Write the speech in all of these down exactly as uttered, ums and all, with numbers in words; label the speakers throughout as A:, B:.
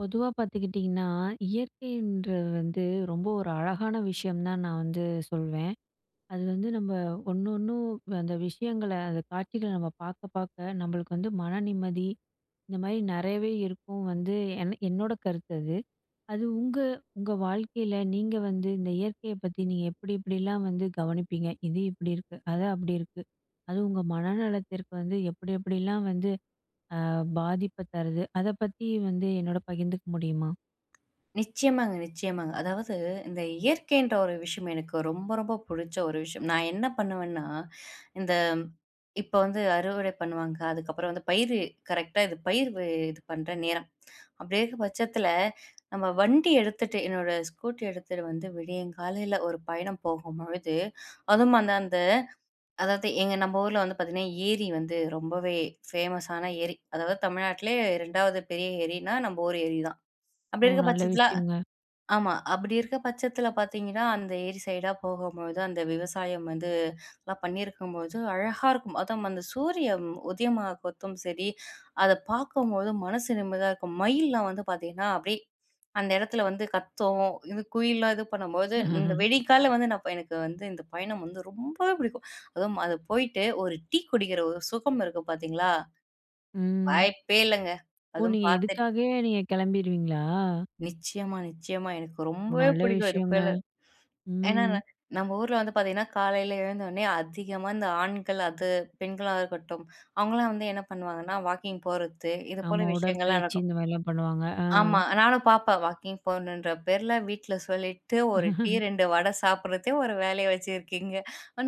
A: பொதுவா பார்த்துக்கிட்டிங்கன்னா, இயற்கைன்ற வந்து ரொம்ப ஒரு அழகான விஷயம் தான் நான் வந்து சொல்வேன். அது வந்து நம்ம ஒண்ணு ஒண்ணும் அந்த விஷயங்கள, அந்த காட்சிகள நம்ம பார்க்க பார்க்க நம்மளுக்கு வந்து மன நிம்மதி, இந்த மாரி நெறையவே இருக்கும் வந்து என் என்னோட கருத்து அது. அது உங்க உங்க வாழ்க்கையில நீங்க வந்து இந்த இயற்கைய பத்தி நீங்க எப்படி எப்படிலாம் வந்து கவனிப்பீங்க? இது இப்படி இருக்கு, அது அப்படி இருக்கு. அது உங்க மனநலத்திற்கு வந்து எப்படி எப்படிலாம் வந்து அ பாதிப்ப தருது? அத பத்தி வந்து என்னோட பகிர்ந்துக்க முடியுமா?
B: நிச்சயமாங்க, நிச்சயமாங்க. அதாவது இந்த இயற்கைன்ற ஒரு விஷயம் எனக்கு ரொம்ப, ரொம்ப புடிச்ச ஒரு விஷயம். நான் என்ன பண்ணுவேன்னா, இந்த இப்ப வந்து அறுவடை பண்ணுவாங்க. அதுக்கப்புறம் வந்து பயிர் கரெக்ட்டா இது பயிர் வு இது பண்ற நேரம். அப்படி இருக்க பட்சத்தில, நம்ம வண்டி எடுத்துட்டு என்னோட ஸ்கூட்டி எடுத்துட்டு வந்து விடியங்காலையில ஒரு பயணம் போகும்பொழுது, அதுவும் அந்த அந்த அதாவது எங்க நம்ம ஊர்ல வந்து பார்த்தீங்கன்னா, ஏரி வந்து ரொம்பவே ஃபேமஸான ஏரி. அதாவது தமிழ்நாட்டிலே 2வது பெரிய ஏரின்னா, நம்ம ஊர் ஏரி தான்.
A: ஓ!
B: அப்படி இருக்க
A: நல்ல
B: பட்சத்தில
A: விஷயங்க.
B: ஆமா. அப்படி இருக்க பட்சத்தில பார்த்தீங்கன்னா, அந்த ஏரி சைடா போகும்போது, அந்த விவசாயம் வந்து எல்லாம் பண்ணியிருக்கும்போது, அழகா இருக்கும். அதுவும் அந்த சூரியன் உதயமாகறதும் சரி, அத பார்க்கும்போது மனசு நிம்மதியா இருக்கும். மயில்லாம் வந்து பார்த்தீங்கன்னா, அப்படியே அந்த இடத்துல வந்து கத்தும். இது குயில்லாம் இது பண்ணும்போது, இந்த வெடிக்கால வந்து நான் எனக்கு வந்து இந்த பயணம் வந்து ரொம்பவே பிடிக்கும். அதுவும் அது போயிட்டு ஒரு டீ குடிக்கிற ஒரு சுகம் இருக்கு பார்த்தீங்களா?
A: ம்.
B: வாய்ப்பே இல்லங்க.
A: ஓ!
B: அதுவும்
A: நீங்க
B: பார்த்து
A: இதுக்காகவே நீங்க கிளம்பிருவீங்களா?
B: நிச்சயமா, நிச்சயமா. எனக்கு
A: ஓ!
B: ரொம்பவே
A: நல்ல
B: பிடிக்கும். இது
A: விஷயங்க.
B: போல ஏன்னா,
A: ம்.
B: ந- நம்ம ஊர்ல வந்து பார்த்தீங்கன்னா, காலையில எழுந்தோனே அதிகமா இந்த ஆண்கள் அது பெண்களா இருக்கட்டும், அவங்கலாம் வந்து என்ன பண்ணுவாங்கன்னா, வாக்கிங் போறது, இது போல
A: ஆமா.
B: விஷயங்கள்லாம்
A: உடற்பயிற்சி
B: நடக்கும்.
A: இந்த மாரிலாம் பண்ணுவாங்க. ஆ.
B: ஆமா. நானும் பார்ப்பேன். வாக்கிங் போணுன்ற பேர்ல வீட்ல சொல்லிட்டு, ஒரு டீ ரெண்டு வடை சாப்பிடுறதே ஒரு வேலையா வச்சிருக்கீங்க.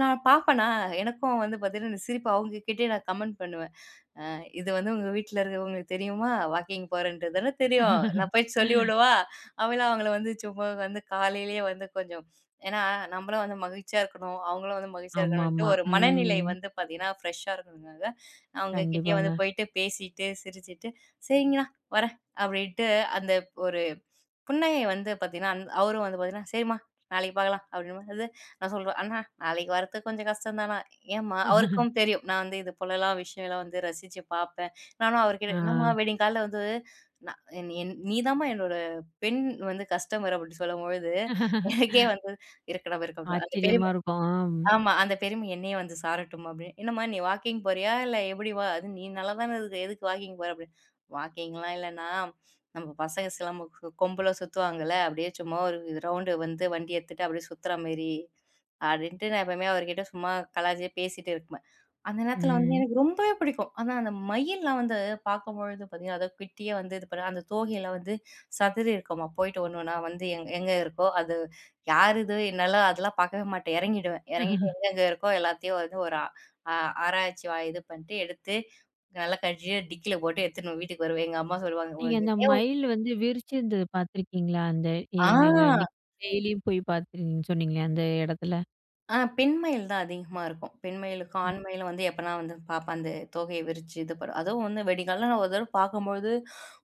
B: நான் பார்ப்பேனா, எனக்கும் வந்து பார்த்தீங்கன்னா, இந்த சிரிப்பு அவங்ககிட்டயே நான் கமெண்ட் பண்ணுவேன். அ இது வந்து உங்க வீட்ல இருக்கவங்களுக்கு தெரியுமா? வாக்கிங் போறேன்ட்டு தானே தெரியும். நான் போயிட்டு சொல்லிவிடவா? அவங்களும் அவங்கள வந்து சும்மா வந்து காலையிலேயே வந்து கொஞ்சம் ஏன்னா நம்மளும் வந்து மகிழ்ச்சியா இருக்கணும். அவங்களும் வந்து மகிழ்ச்சியா இருக்கணும்ன்ட்டு
A: ஆமாமா.
B: ஒரு மனநிலை
A: ம்.
B: வந்து பார்த்தீங்கன்னா, ஃப்ரெஷ்ஷா இருக்கணும்னால, அவங்க கிட்டயே வந்து
A: கண்டிப்பாங்க.
B: போயிட்டு பேசிட்டு, சிரிச்சுட்டு, "சரிங்கண்ணா வரேன்" அப்படின்ட்டு அந்த புன்னகை வந்து பார்த்தீங்கன்னா, அந் அவரும் வந்து பார்த்தீங்கன்னா, "சரிம்மா நாளைக்கு பார்க்கலாம்" அப்படின்னும்போது, நான் சொல்லுவேன், "அண்ணா நாளைக்கு வரத்துக்கு கொஞ்சம் கஷ்டம் தான்ண்ணா." ஏம்மா அவருக்கும் தெரியும். நான் வந்து இது போலலாம் விஷயம்லாம் வந்து ரசிச்சு பார்ப்பேன். நானும் அவர்கிட்ட,
A: ஆ.
B: "என்னம்மா விடியங்காலைல வந்து நான் என் என் நீ தாம்மா என்னோட பெண் வந்து கஸ்டமர்" அப்படின்னு சொல்லும்பொழுது, எனக்கே வந்து, "இருக்கட்டும், இருக்கட்டும்." அந்த பெரிய
A: ஆச்சரியமா இருக்கும். ஆம்.
B: ஆமா. அந்த பெருமை என்னையே வந்து சாரட்டும் அப்படின்னு. "என்னம்மா நீ வாக்கிங் போறியா? இல்ல எப்படி வா அது நீ நல்லா தானே இருக்க. எதுக்கு வாக்கிங் போற?" அப்படின்னு. "வாக்கிங்லாம் இல்லண்ணா, நம்ம பசங்க சிலம்பு கு கொம்புல சுத்துவாங்கல்ல, அப்படியே சும்மா ஒரு ரவுண்டு வந்து வண்டி எடுத்துட்டு அப்படியே சுத்துற மாரி." அப்படின்ட்டு நான் எப்பவுமே அவர்கிட்ட சும்மா கலாய்ச்சியே பேசிட்டு இருப்பேன். அந்த நேரத்துல வந்து
A: ம்.
B: எனக்கு ரொம்பவே பிடிக்கும். ஆனா அந்த மயில்லாம் வந்து பார்க்கும்பொழுது பார்த்தீங்கன்னா, அத குட்டியா வந்து இது பண்ண அந்த தோகையில வந்து சதுரி இருக்குமா, போயிட்டு ஒண்ணு ஒண்ணா வந்து எங் எங்க இருக்கோ அது யார் இது? என்னலாம் அதெல்லாம் பார்க்கவே மாட்டேன். இறங்கிடுவேன். இறங்கிட்டு எங்கெங்க இருக்கோ எல்லாத்தையும் வந்து ஒரு ஆ ஆ ஆராய்ச்சி வா இது பண்ணிட்டு எடுத்து, நல்லா கழுவி டிக்கில போட்டு எடுத்துன்னு வீட்டுக்கு வருவேன். எங்க அம்மா சொல்லுவாங்க,
A: நீங்க
B: "உனக்கு
A: அந்த
B: இதே" ஒரு-
A: மயில் வந்து விரிச்சிருந்தது பார்த்துருக்கீங்களா? அந்த எ
B: ஆ,
A: நாங்க டெய்லியும் போய் பார்த்துருக்கீங்கன்னு சொன்னீங்களே அந்த இடத்துல?
B: ஆ பெண் மயில் தான் அதிகமா இருக்கும். பெண் மயிலுக்கும்,
A: ம்.
B: ஆண் மயிலும் வந்து எப்பனா வந்து பார்ப்பேன். அந்த தோகைய விரிச்சு இது பண்ணும். அதுவும் வந்து வெடிகாலம்ல நான் ஒரு தடவ பார்க்கும்பொழுது,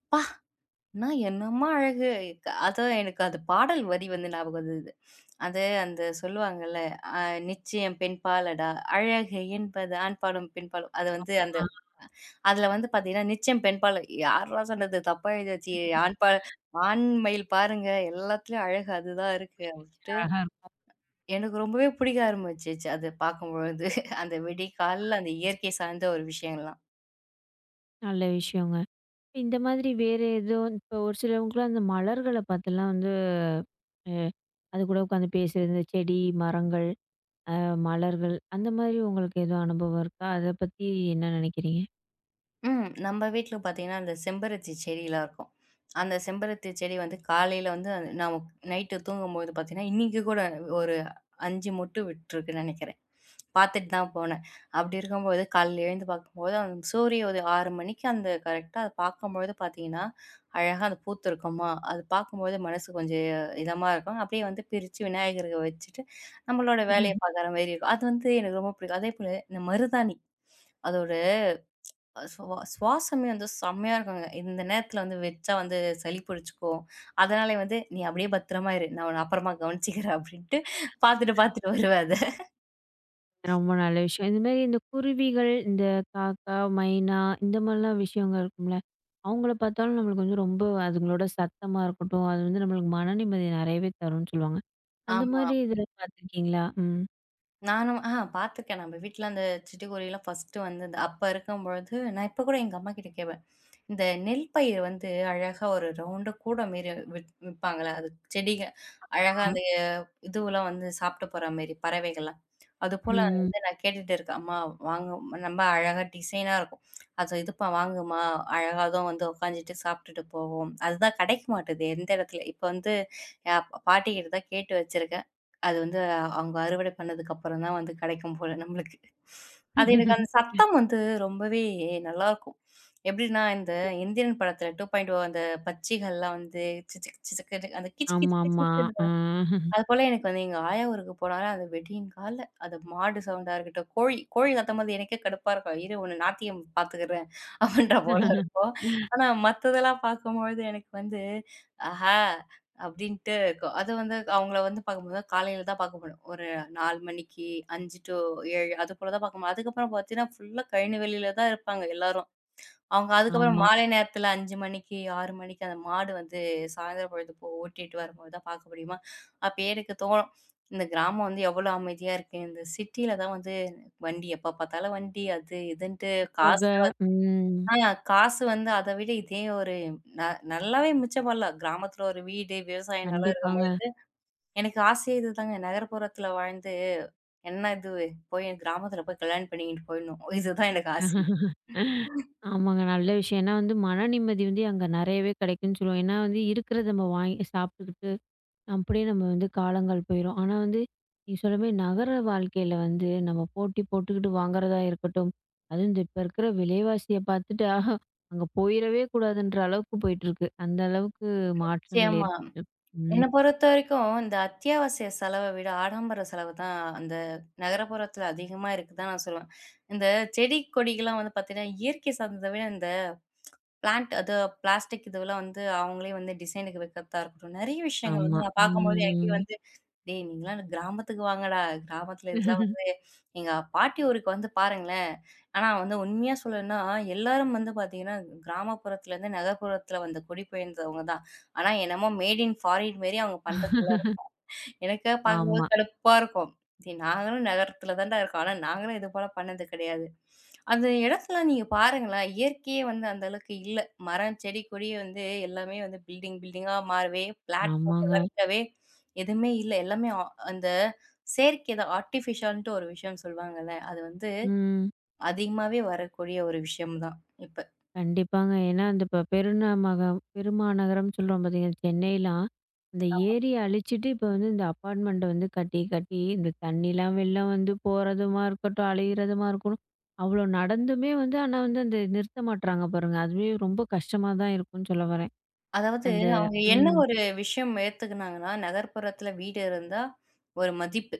B: "அப்பா! நான் என்னம்மா அழகு!" க- அதுவும் எனக்கு அது பாடல் வரி வந்து ஞாபகம் வந்தது. அது அந்த சொல்லுவாங்கல்ல, அ "நிச்சயம் பெண்பாலடா, அழகு என்பது ஆண்பாலும், பெண்பாலும்." அது வந்து அந்த
A: ஆ.
B: அதுல வந்து பாத்தீங்கன்னா, நிச்சயம் பெண்பாலும். யார்ரா சொன்னது? தப்பா எழுதியாச்சு. ஆண்பால் ஆண் மயில் பாருங்க, எல்லாத்துலயும் அழகு அதுதான் இருக்கு. அப்படின்ட்டு
A: அழகா இருக்கும்.
B: எனக்கு ரொம்பவே பிடிக்க ஆரம்பிச்சுச்சு. அது பார்க்கும்பொழுது. அந்த விடிகாலைல அந்த இயற்கை சார்ந்த ஒரு விஷயங்கள்லாம்.
A: நல்ல விஷயங்க. இந்த மாதிரி வேற ஏதோ இப்போ ஒரு சிலவங்களுக்குலாம் அந்த மலர்கள பாத்துலாம் வந்து அ அது கூட உட்காந்து பேசுறது, இந்த செடி, மரங்கள், அ மலர்கள் அந்த மாதிரி உங்களுக்கு எதுவும் அனுபவம் இருக்கா? அத பத்தி என்ன நினைக்கிறீங்க?
B: ம். நம்ம வீட்ல பார்த்தீங்கன்னா, அந்த செம்பருத்தி செடிலாம் இருக்கும். அந்த செம்பருத்தி செடி வந்து காலையில வந்து நான் நைட்டு தூங்கும்போது பார்த்தீங்கன்னா, இன்னைக்கு கூட ஒரு அஞ்சு மொட்டு விட்டுருக்குன்னு நெனைக்கிறேன். பார்த்துட்டு தான் போனேன். அப்படி இருக்கும்போது காலையில எழுந்து பார்க்கும்போது, அந்த சூரிய உதயம் ஆறு மணிக்கு அந்த கரெக்ட்டா அத பார்க்கும்பொழுது பார்த்தீங்கன்னா, அழகா அது பூத்திருக்குமா, அது பார்க்கும்போது மனசு கொஞ்சம் இதமா இருக்கும். அப்படியே வந்து பிரிச்சு விநாயகருக்கு வச்சுட்டு, நம்மளோட வேலைய
A: ம்ஹும்.
B: பார்க்குற மாரி இருக்கும். அது வந்து எனக்கு ரொம்ப பிடிக்கும். அதேபோல இந்த மருதாணி அதோட சுவா சுவாசமே வந்து செம்மையா இருக்குங்க. இந்த நேரத்தில வந்து வச்சா வந்து சளி பிடிச்சுக்கும். அதனாலயே வந்து, "நீ அப்படியே பத்திரமா இரு. நான் உன்ன அப்புறமா கவனிச்சுக்கிறேன்" அப்படின்ட்டு பார்த்துட்டு பார்த்துட்டு வருவேன் அத.
A: ரொம்ப நல்ல விஷயம். இந்த மாரி இந்த குருவிகள், இந்த காக்கா, மைனா இந்த மாதிரிலாம் விஷயங்கள் இருக்கும்ல. அவங்கள பாத்தாலும் நம்மளுக்கு வந்து ரொம்ப அதுங்களோட சத்தமா இருக்கட்டும், அது வந்து நம்மளுக்கு மன நிம்மதி நெறையவே தரும்ன்னு சொல்லுவாங்க. அந்த
B: ஆமா.
A: மாதிரி இதில பாத்துருக்கீங்களா? ம்.
B: நானும் ஆ பார்த்துருக்கேன். நம்ம வீட்ல அந்த சிட்டுக்குருவிலாம் ஃபர்ஸ்ட்டு வந்தது. அப்ப இருக்கும்பொழுது நான் இப்ப கூட எங்க அம்மாகிட்ட கேப்பேன். இந்த நெல் பயிர் வந்து அழகா ஒரு ரவுண்டு கூட மாரி விப் விப்பாங்கல்ல. அது செடிக அழகா
A: ஆ.
B: அந்த இதுவெல்லாம் வந்து சாப்பிட்டு போற மாரி பறவைகள்லாம். அதுபோல
A: ம்.
B: வந்து நான் கேட்டுட்டு இருக்கேன். அம்மா வாங்க ரொம்ப அழகா டிசைனா இருக்கும். அது இதுப்பா வாங்குமா, அழகா அதுவும் வந்து உட்காந்துட்டு சாப்பிட்டுட்டு போகும். அதுதான் கிடைக்க மாட்டுது எந்த இடத்துல. இப்ப வந்து எ பாட்டிக்கிட்ட தான் கேட்டு வச்சிருக்கேன். அது வந்து அவங்க அறுவடை பண்ணதுக்கு அப்புறம் தான் வந்து கிடைக்கும் போல நம்மளுக்கு. அது எனக்கு அந்த சத்தம் வந்து ரொம்பவே நல்லாருக்கும். எப்படின்னா, இந்த இந்தியன் படத்துல டூ பாயிண்ட் ஓ அந்த பச்சிகள்லாம் வந்து சிசுக் சிசுக்குன்னு அந்த கீச் கீச் கீச்
A: ஆமாமா.
B: கீச்சுன்னு
A: ஆ.
B: அதுபோல எனக்கு வந்து எங்க ஆயா ஊருக்கு போனாலும் அது விடியும் காலைல அது மாடு சவுண்டா இருக்கட்டும், கோழி கோழி கத்தும்போது எனக்கே கடுப்பா இருக்கும். இரு உன்ன நாத்தியம் பார்த்துக்கிறேன் அப்படின்ற போல இருக்கும். ஆனா மத்ததெல்லாம் பார்க்கும்பொழுது எனக்கு வந்து, ஆஹா! அப்படின்ட்டு இருக்கும். அது வந்து அவங்கள வந்து பார்க்கும்போது காலையில தான் பார்க்க முடியும். ஒரு நாலு மணிக்கு அஞ்சு டூ ஏழு அதுபோல தான் பார்க்க முடியும். அதுக்கப்புறம் பார்த்தீங்கன்னா, ஃபுல்லா கழனி வெளியில தான் இருப்பாங்க எல்லாரும். அவங்க அதுக்கப்புறம்
A: ஆமா.
B: மாலை நேரத்தில அஞ்சு மணிக்கு, ஆறு மணிக்கு அந்த மாடு வந்து சாயந்தரம் பொழுது போ ஓட்டிட்டு வரும்போது தான் பார்க்க முடியுமா? அப்ப எனக்கு தோணும். இந்த கிராமம் வந்து எவ்வளோ அமைதியா இருக்கு. இந்த சிட்டியில தான் வந்து வண்டி எப்ப பார்த்தாலும் வண்டி அது இதுன்ட்டு
A: புக.
B: காசுல
A: ம்.
B: ஆ காசு வந்து அத விட இதே ஒரு ந நல்லாவே மிச்சம் பண்ணலாம். கிராமத்தில ஒரு வீடு, விவசாய நிலம்
A: கண்டிப்பாங்க.
B: இருக்கும்போது எனக்கு ஆசையே இதுதாங்க. நகர்ப்புறத்தில வாழ்ந்து என்ன இது போய் கிராமத்தில போய் கல்யாணம் பண்ணிக்கிட்டு போயிடணும். இதுதான் எனக்கு ஆசை.
A: ஆமாங்க. நல்ல விஷயம். ஏன்னா வந்து மன நிம்மதி வந்து அங்க நெறையவே கெடைக்குன்னு சொல்லுவோம். ஏன்னா வந்து இருக்கிறத நம்ம வாங்கி சாப்பிட்டுக்கிட்டு, அப்படியே நம்ம வந்து காலங்கள் போயிரும். ஆனா வந்து நீங்க சொல்ற மாரி நகர வாழ்க்கையில வந்து நம்ம போட்டி போட்டுக்கிட்டு வாங்குறதா இருக்கட்டும், அதுவும் இந்த இப்ப இருக்கிற விலைவாசிய பார்த்துட்டா, அங்க போயிறவே கூடாதுன்ற அளவுக்கு போயிட்டுருக்கு. அந்த அளவுக்கு மாற்றங்கள்
B: நிச்சயமா.
A: ஏற்பட்டுருக்கு.
B: என்ன
A: ம்.
B: பொறுத்தவரைக்கும், இந்த அத்தியாவசிய செலவ விட ஆடம்பர செலவு தான் அந்த நகரப்புறத்துல அதிகமா இருக்குதான் நான் சொல்லுவேன். இந்த செடி கொடிகள்லாம் வந்து பார்த்தீங்கன்னா, இயற்கை சார்ந்தத விட இந்த பிளான்ட் அது பிளாஸ்டிக் இதுவெல்லாம் வந்து அவங்களே வந்து டிசைனுக்கு வைக்கிறதா இருக்கட்டும். நெறைய விஷயங்கள் ம்.
A: ஆமா.
B: வந்து நான் பார்க்கும்போது எனக்கே
A: ம்.
B: வந்து, "டேய்! நீங்கலாம் கிராமத்துக்கு வாங்கடா. கிராமத்துல இதெல்லாம் வந்து எங்க பாட்டி ஊருக்கு வந்து பாருங்களேன்." ஆனா வந்து உண்மையா சொல்லணும்னா, எல்லாரும் வந்து பார்த்தீங்கன்னா, கிராமப்புறத்துலேருந்து நகர்ப்புறத்துல வந்து குடிபெயர்ந்தவங்க தான். ஆனா என்னமோ மேட் இன் ஃபாரின் மாரி அவங்க பண்றது எனக்கே பார்க்கும்போது
A: ஆமா.
B: கடுப்பா இருக்கும். சரி நாங்களும் நகரத்தில தான்டா இருக்கோம். ஆனா நாங்களும் இது போல பண்ணது கிடையாது. அந்த இடத்துல நீங்க பாருங்களேன், இயற்கையே வந்து அந்த அளவுக்கு இல்ல. மரம், செடி, கொடி வந்து எல்லாமே வந்து பில்டிங் பில்டிங்கா மாறவே, பிளாட் போட்டு
A: ஆமாங்க.
B: வளர்க்கவே எதுவுமே இல்ல. எல்லாமே அ அந்த செயற்கை தான். ஆர்ட்டிஃபிஷியல்ன்ட்டு ஒரு விஷயம் சொல்லுவாங்கல்ல. அது வந்து
A: ம்.
B: அதிகமாவே வரக்கூடிய ஒரு விஷயம் தான் இப்ப.
A: கண்டிப்பாங்க. ஏன்னா, அந்த இப்ப பெருநமகம் பெருமாநகரம்னு சொல்றோம் பார்த்தீங்கன்னா, சென்னைலாம் அந்த ஏரிய அழிச்சிட்டு, இப்ப வந்து இந்த அப்பார்ட்மெண்ட்ட வந்து கட்டி, கட்டி இந்த தண்ணிலாம் வெளில வந்து போறதுமா இருக்கட்டும், அழியிறதுமா இருக்கணும். அவ்வளோ நடந்துமே வந்து ஆனா வந்து அந்த நிறுத்த மாட்றாங்க பாருங்க. அதுவே ரொம்ப கஷ்டமா தான் இருக்கும்னு சொல்ல வரேன்.
B: அதாவது
A: அந்த
B: அவங்க என்ன
A: ம்.
B: ஒரு விஷயம் ஏத்துக்குனாங்கன்னா, நகர்ப்புறத்தில வீடு இருந்தா ஒரு மதிப்பு.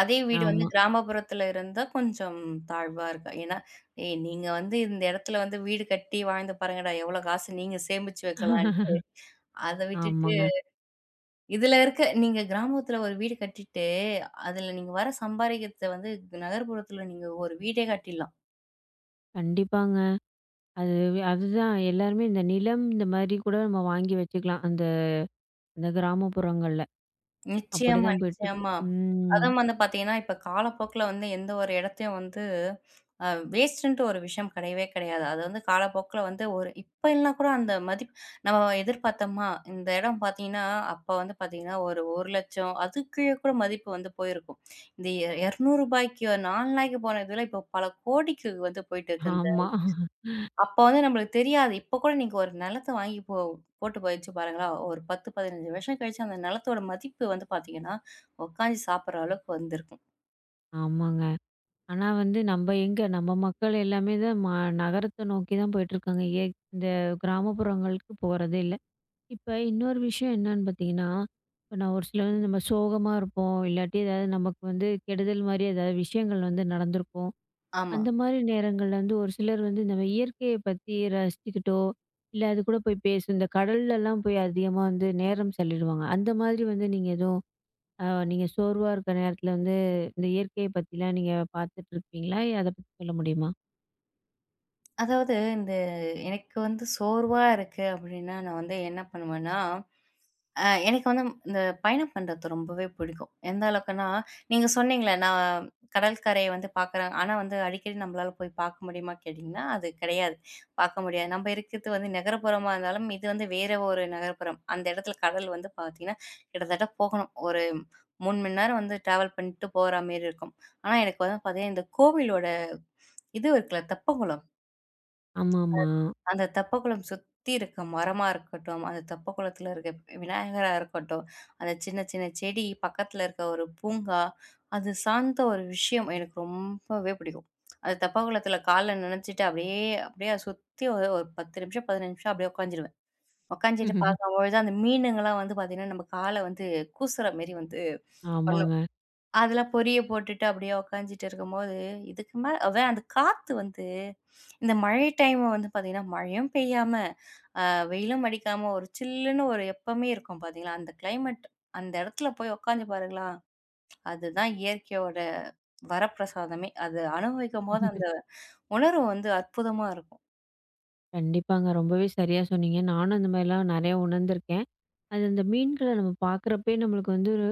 B: அதே வீடு வந்து
A: ஆமா.
B: கிராமப்புறத்துல இருந்தா கொஞ்சம் தாழ்வா இருக்கா. ஏன்னா, "ஏய் நீங்க வந்து இந்த இடத்துல வந்து வீடு கட்டி வாழ்ந்து பாருங்கடா, எவ்வளோ காசு நீங்க சேமிச்சு வைக்கலான்ட்டு." அத விட்டுட்டு
A: ஆமாங்க.
B: இதுல இருக்க நீங்க கிராமத்துல ஒரு வீடு கட்டிட்டு, அதுல நீங்க வர சம்பாரிக்கத்த வந்து நகர்ப்புறத்துல நீங்க ஒரு வீடே கட்டிடலாம்.
A: கண்டிப்பாங்க. அது அதுதான் எல்லாருமே இந்த நிலம் இந்த மாரி கூட நம்ம வாங்கி வச்சுக்கலாம். அந்த இந்த கிராமப்புறங்கள்ல.
B: நிச்சயமா,
A: அப்படிதான் போயிட்டுருக்கு.
B: நிச்சயமா.
A: ம்.
B: அதுவும் வந்து பார்த்தீங்கன்னா, இப்ப காலப்போக்குல வந்து எந்த ஒரு இடத்தையும் வந்து அ வேஸ்ட்டுன்ட்டு ஒரு விஷயம் கிடையவே கிடையாது. அது வந்து காலப்போக்குல வந்து ஒரு இப்ப எல்லாம் கூட அந்த மதிப்பு நம்ம எதிர்பார்த்தோமா, இந்த இடம் பார்த்தீங்கன்னா, அப்ப வந்து பார்த்தீங்கன்னா, ஒரு 1,00,000 அதுக்கு கீழ கூட மதிப்பு வந்து போயிருக்கும். இந்த எ ரூ. 200க்கு, ரூ. 400க்கு போன இதெல்லாம் இப்போ பல கோடிக்கு வந்து போயிட்டு இருக்கு.
A: ஆமா.
B: அப்ப வந்து நம்மளுக்கு தெரியாது. இப்ப கூட நீங்க ஒரு நிலத்த வாங்கி போ போட்டு போயிடுச்சு பாருங்களா, ஒரு பத்து, பதினஞ்சு வருஷம் கழிச்சு அந்த நிலத்தோட மதிப்பு வந்து பார்த்தீங்கன்னா, உட்காந்து சாப்பிடுற அளவுக்கு வந்திருக்கும்.
A: ஆமாங்க. ஆனா வந்து நம்ம எங்க நம்ம மக்கள் எல்லாமே தான் ம நகரத்த நோக்கி தான் போயிட்டுருக்காங்க. ஏ இந்த கிராமப்புறங்களுக்கு போறதே இல்ல. இப்ப இன்னொரு விஷயம் என்னன்னு பார்த்தீங்கன்னா, இப்ப நான் ஒரு சில வந்து நம்ம சோகமா இருப்போம். இல்லாட்டி ஏதாவது நமக்கு வந்து கெடுதல் மாரி ஏதாவது விஷயங்கள் வந்து நடந்திருக்கும்.
B: ஆமா.
A: அந்த மாரி நேரங்கள்ல வந்து ஒரு சிலர் வந்து நம்ம இயற்கைய பத்தி ரசிச்சுக்கிட்டோ, இல்ல அது கூட போய் பேசும். இந்த கடல்லலாம் போய் அதிகமா வந்து நேரம் செலவிடுவாங்க. அந்த மாதிரி வந்து நீங்க எதுவும் அ நீங்க சோர்வா இருக்கிற நேரத்துல வந்து, இந்த இயற்கைய பத்திலாம் நீங்க பார்த்துட்டு இருப்பீங்களா? அத பத்தி சொல்ல முடியுமா?
B: அதாவது இந்த எனக்கு வந்து சோர்வா இருக்கு அப்படின்னா, நான் வந்து என்ன பண்ணுவேன்னா அ எனக்கு வந்து இந்த பயணம் பண்றது ரொம்பவே பிடிக்கும். எந்த அளவுக்குன்னா, நீங்க சொன்னீங்களே நான் கடற்கரைய வந்து பார்க்குறேன். ஆனா வந்து அடிக்கடி நம்மளால போய் பார்க்க முடியுமா கேட்டீங்கன்னா, அது கிடையாது. பார்க்க முடியாது. நம்ம இருக்கிறது வந்து நகரப்புறமா இருந்தாலும், இது வந்து வேற ஒரு நகரப்புறம். அந்த இடத்துல கடல் வந்து பார்த்தீங்கன்னா, கிட்டத்தட்ட போகணும். ஒரு மூணு மணி நேரம் வந்து டிராவல் பண்ணிட்டு போற மாரி இருக்கும். ஆனா எனக்கு வந்து பார்த்தீங்கன்னா, இந்த கோவிலோட இது இருக்குல்ல தெப்பக்குளம்
A: ஆமாமா.
B: அந்த தெப்பக்குளம் சுத்தி இருக்க மரமா இருக்கட்டும், அந்த தெப்பக்குளத்தில இருக்க விநாயகரா இருக்கட்டும், அந்த சின்ன சின்ன செடி, பக்கத்தில இருக்க ஒரு பூங்கா, அது சார்ந்த ஒரு விஷயம் எனக்கு ரொம்பவே பிடிக்கும். அது தெப்பக்குளத்தில கால்ல நனச்சிட்டு அப்படியே அப்படியே அதை சுத்தி ஒரு ஒரு பத்து நிமிஷம், பதினைந்து நிமிஷம் அப்படியே உட்காந்துருவேன். உட்காந்துட்டு
A: ம்ஹ்ஹ்ம்.
B: பார்க்கும்பொழுது அந்த மீனுங்கலாம் வந்து பார்த்தீங்கன்னா, நம்ம கால வந்து கூசுற மாரி வந்து பண்ணும்.
A: ஆமாங்க.
B: அதில பொரிய போட்டுட்டு அப்படியே உட்காந்துட்டு இருக்கும்போது, இதுக்கு மேல அதான் அந்த காத்து வந்து இந்த மழை டைம் வந்து பார்த்தீங்கன்னா, மழையும் பெய்யாம வெயிலும் அடிக்காம ஒரு சில்லுன்னு ஒரு எப்பவுமே இருக்கும் பாத்தீங்களா, அந்த கிளைமேட் அந்த இடத்துல போய் உட்காந்து பாருங்களா, அதுதான் இயற்கையோட வரப்பிரசாதமே. அது அனுபவிக்கும்போது
A: ம்ஹ்ம்.
B: அந்த உணர்வு வந்து அற்புதமா இருக்கும்.
A: கண்டிப்பாங்க. ரொம்பவே சரியா சொன்னீங்க. நானும் அந்த மாரிலாம் நெறையா உணர்ந்திருக்கேன். அது அந்த மீன்கள நம்ம பார்க்குறப்பயே நம்மளுக்கு வந்து ஒரு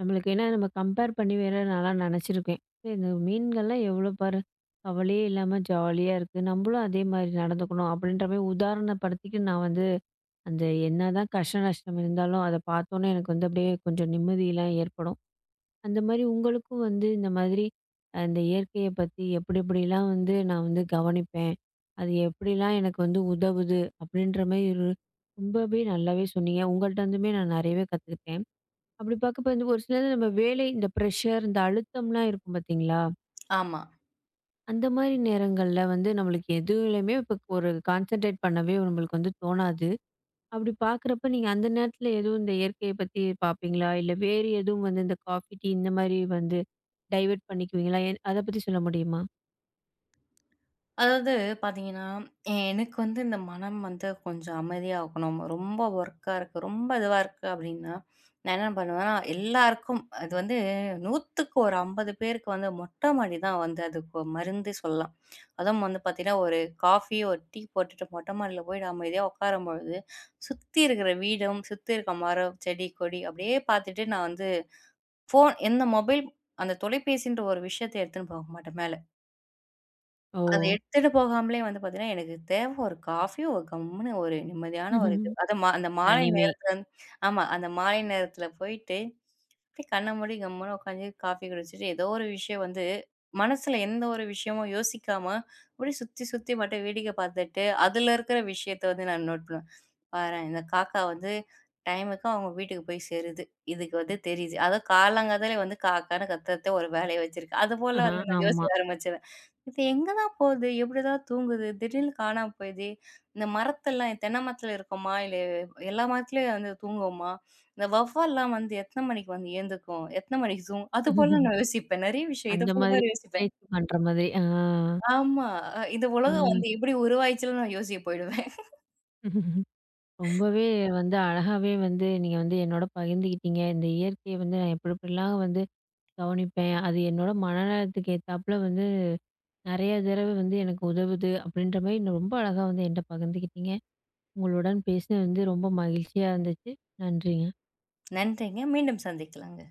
A: நம்மளுக்கு ஏன்னா நம்ம கம்பேர் பண்ணி வேற நான்லாம் நெனச்சிருக்கேன். "ஏய் இந்த மீன்கள்லாம் எவ்வளோ பாரு, கவலையே இல்லாம ஜாலியா இருக்கு. நம்பளும் அதே மாரி நடந்துக்கணும்." அப்படின்ற மாரி உதாரணப்படுத்திக்கு நான் வந்து அந்த என்னதான் கஷ்ட நஷ்டம் இருந்தாலும், அத பார்த்தோனே எனக்கு வந்து அப்படியே கொஞ்சம் நிம்மதிலாம் ஏற்படும். அந்த மாரி உங்களுக்கும் வந்து இந்த மாதிரி அ இந்த இயற்கைய பத்தி எப்படி எப்படிலாம் வந்து நான் வந்து கவனிப்பேன். அது எப்படிலாம் எனக்கு வந்து உதவுது அப்படின்ற மாரி இரு ரொம்பவே நல்லாவே சொன்னீங்க. உங்கள்ட்ட இருந்துமே நான் நெறையவே கத்துக்கிட்டேன். அப்படி பார்க்கப்ப வந்து ஒரு சிலது நம்ம வேலை இந்த ப்ரெஷர், இந்த அழுத்தம்லாம் இருக்கும் பார்த்தீங்களா?
B: ஆமா.
A: அந்த மாரி நேரங்கள்ல வந்து நம்மளுக்கு எதுலயுமே இப்போ ஒரு கான்சன்ட்ரேட் பண்ணவே நம்மளுக்கு வந்து தோணாது. அப்படி பார்க்குறப்ப நீங்க அந்த நேரத்துல எதுவும் இந்த இயற்கைய பத்தி பார்ப்பீங்களா? இல்ல வேறு எதுவும் வந்து இந்த காஃபி, டீ இந்த மாரி வந்து டைவர்ட் பண்ணிக்குவீங்களா? எ அத பத்தி சொல்ல முடியுமா?
B: அதாவது பார்த்தீங்கன்னா, எனக்கு வந்து இந்த மனம் வந்து கொஞ்சம் அமைதியா இருக்கணும். ரொம்ப ஒர்க்கா இருக்கு, ரொம்ப இதுவா இருக்கு அப்டின்னா, நான் என்ன பண்ணுவேன்னா, எல்லாருக்கும் அது வந்து 100க்கு ஒரு ஐம்பது பேருக்கு வந்து மொட்ட மாடி தான் வந்து அதுக்கு மருந்தே சொல்லலாம். அதுவும் வந்து பார்த்தீங்கன்னா, ஒரு காஃபி, ஒரு டீ போட்டுட்டு மொட்ட மாடியில போய் அமைதியா உட்காரும்பொழுது, சுத்தி இருக்கிற வீடும், சுத்தி இருக்க மரம், செடி, கொடி அப்படியே பார்த்துட்டு நான் வந்து ஃபோன் எந்த மொபைல் அந்த தொலைபேசின்ற ஒரு விஷயத்த எடுத்துன்னு போக மாட்டேன் மேல.
A: ஓ!
B: அத எடுத்துட்டு போகாமலே வந்து பார்த்தீங்கன்னா, எனக்கு தேவை ஒரு காஃபி, ஒரு கம்முன்னு ஒரு நிம்மதியான ஒரு இது. அது மா அந்த மாலை
A: தனிமை.
B: நேரத்துல வந்து ஆமா, அந்த மாலை நேரத்துல போயிட்டு, அப்படியே கண்ண மூடி கம்முன்னு உட்காந்து காஃபி குடிச்சிட்டு, ஏதோ ஒரு விஷயம் வந்து மனசுல எந்த ஒரு விஷயமும் யோசிக்காம, அப்படியே சுத்தி சுத்தி மட்டும் வேடிக்கை பார்த்துட்டு, அதுல இருக்கிற விஷயத்த வந்து நான் நோட் பண்ணுவேன். பாரேன், இந்த காக்கா வந்து டைமுக்கு அவங்க வீட்டுக்கு போய் சேருது. இதுக்கு வந்து தெரியுது. அதுவும் காலங்காத்தாலே வந்து காக்கான்னு கத்துறத ஒரு வேலைய வச்சிருக்கு. அதுபோல
A: ஆஹா,
B: வந்து நான்
A: ஆமா.
B: யோசிக்க ஆரம்பிச்சேன். இது எங்க தான் போகுது? எப்படி தான் தூங்குது? திடீர்னு காணாம போயிதே! இந்த மரத்தெல்லாம் தென்னை மரத்துல இருக்கோமா? இல்ல எல்லா மரத்துலயும் வந்து தூங்குவோமா? இந்த வௌவால்லாம் வந்து எத்தன மணிக்கு வந்து எழுந்துக்கும்? எத்தன மணிக்கு தூங்கும்? அதுபோல நான் யோசிப்பேன். நெறைய விஷயம் இது
A: அந்த
B: போல
A: மாதிரி
B: தான் யோசிப்பேன்.
A: ஆராய்ச்சி பண்ற மாதிரி. ஆ.
B: ஆமா. அ இந்த உலகம்
A: ம்.
B: வந்து எப்படி உருவாயிச்சுன்னு நான் யோசிக்க போயிடுவேன்.
A: ரொம்பவே வந்து அழகாவே வந்து நீங்க வந்து என்னோட பகிர்ந்துக்கிட்டீங்க. இந்த இயற்கைய வந்து நான் எப்படி எப்படிலாம் வந்து கவனிப்பேன். அது என்னோட மனநலத்துக்கு ஏத்தாப்புல வந்து நெறைய தடவ வந்து எனக்கு உதவுது. அப்படின்ற மாரி ரொம்ப அழகா வந்து என்ட்ட பகிர்ந்துக்கிட்டீங்க. உங்களுடன் பேசினது வந்து ரொம்ப மகிழ்ச்சியா இருந்துச்சு. நன்றிங்க.
B: நன்றிங்க. மீண்டும் சந்திக்கலாங்க.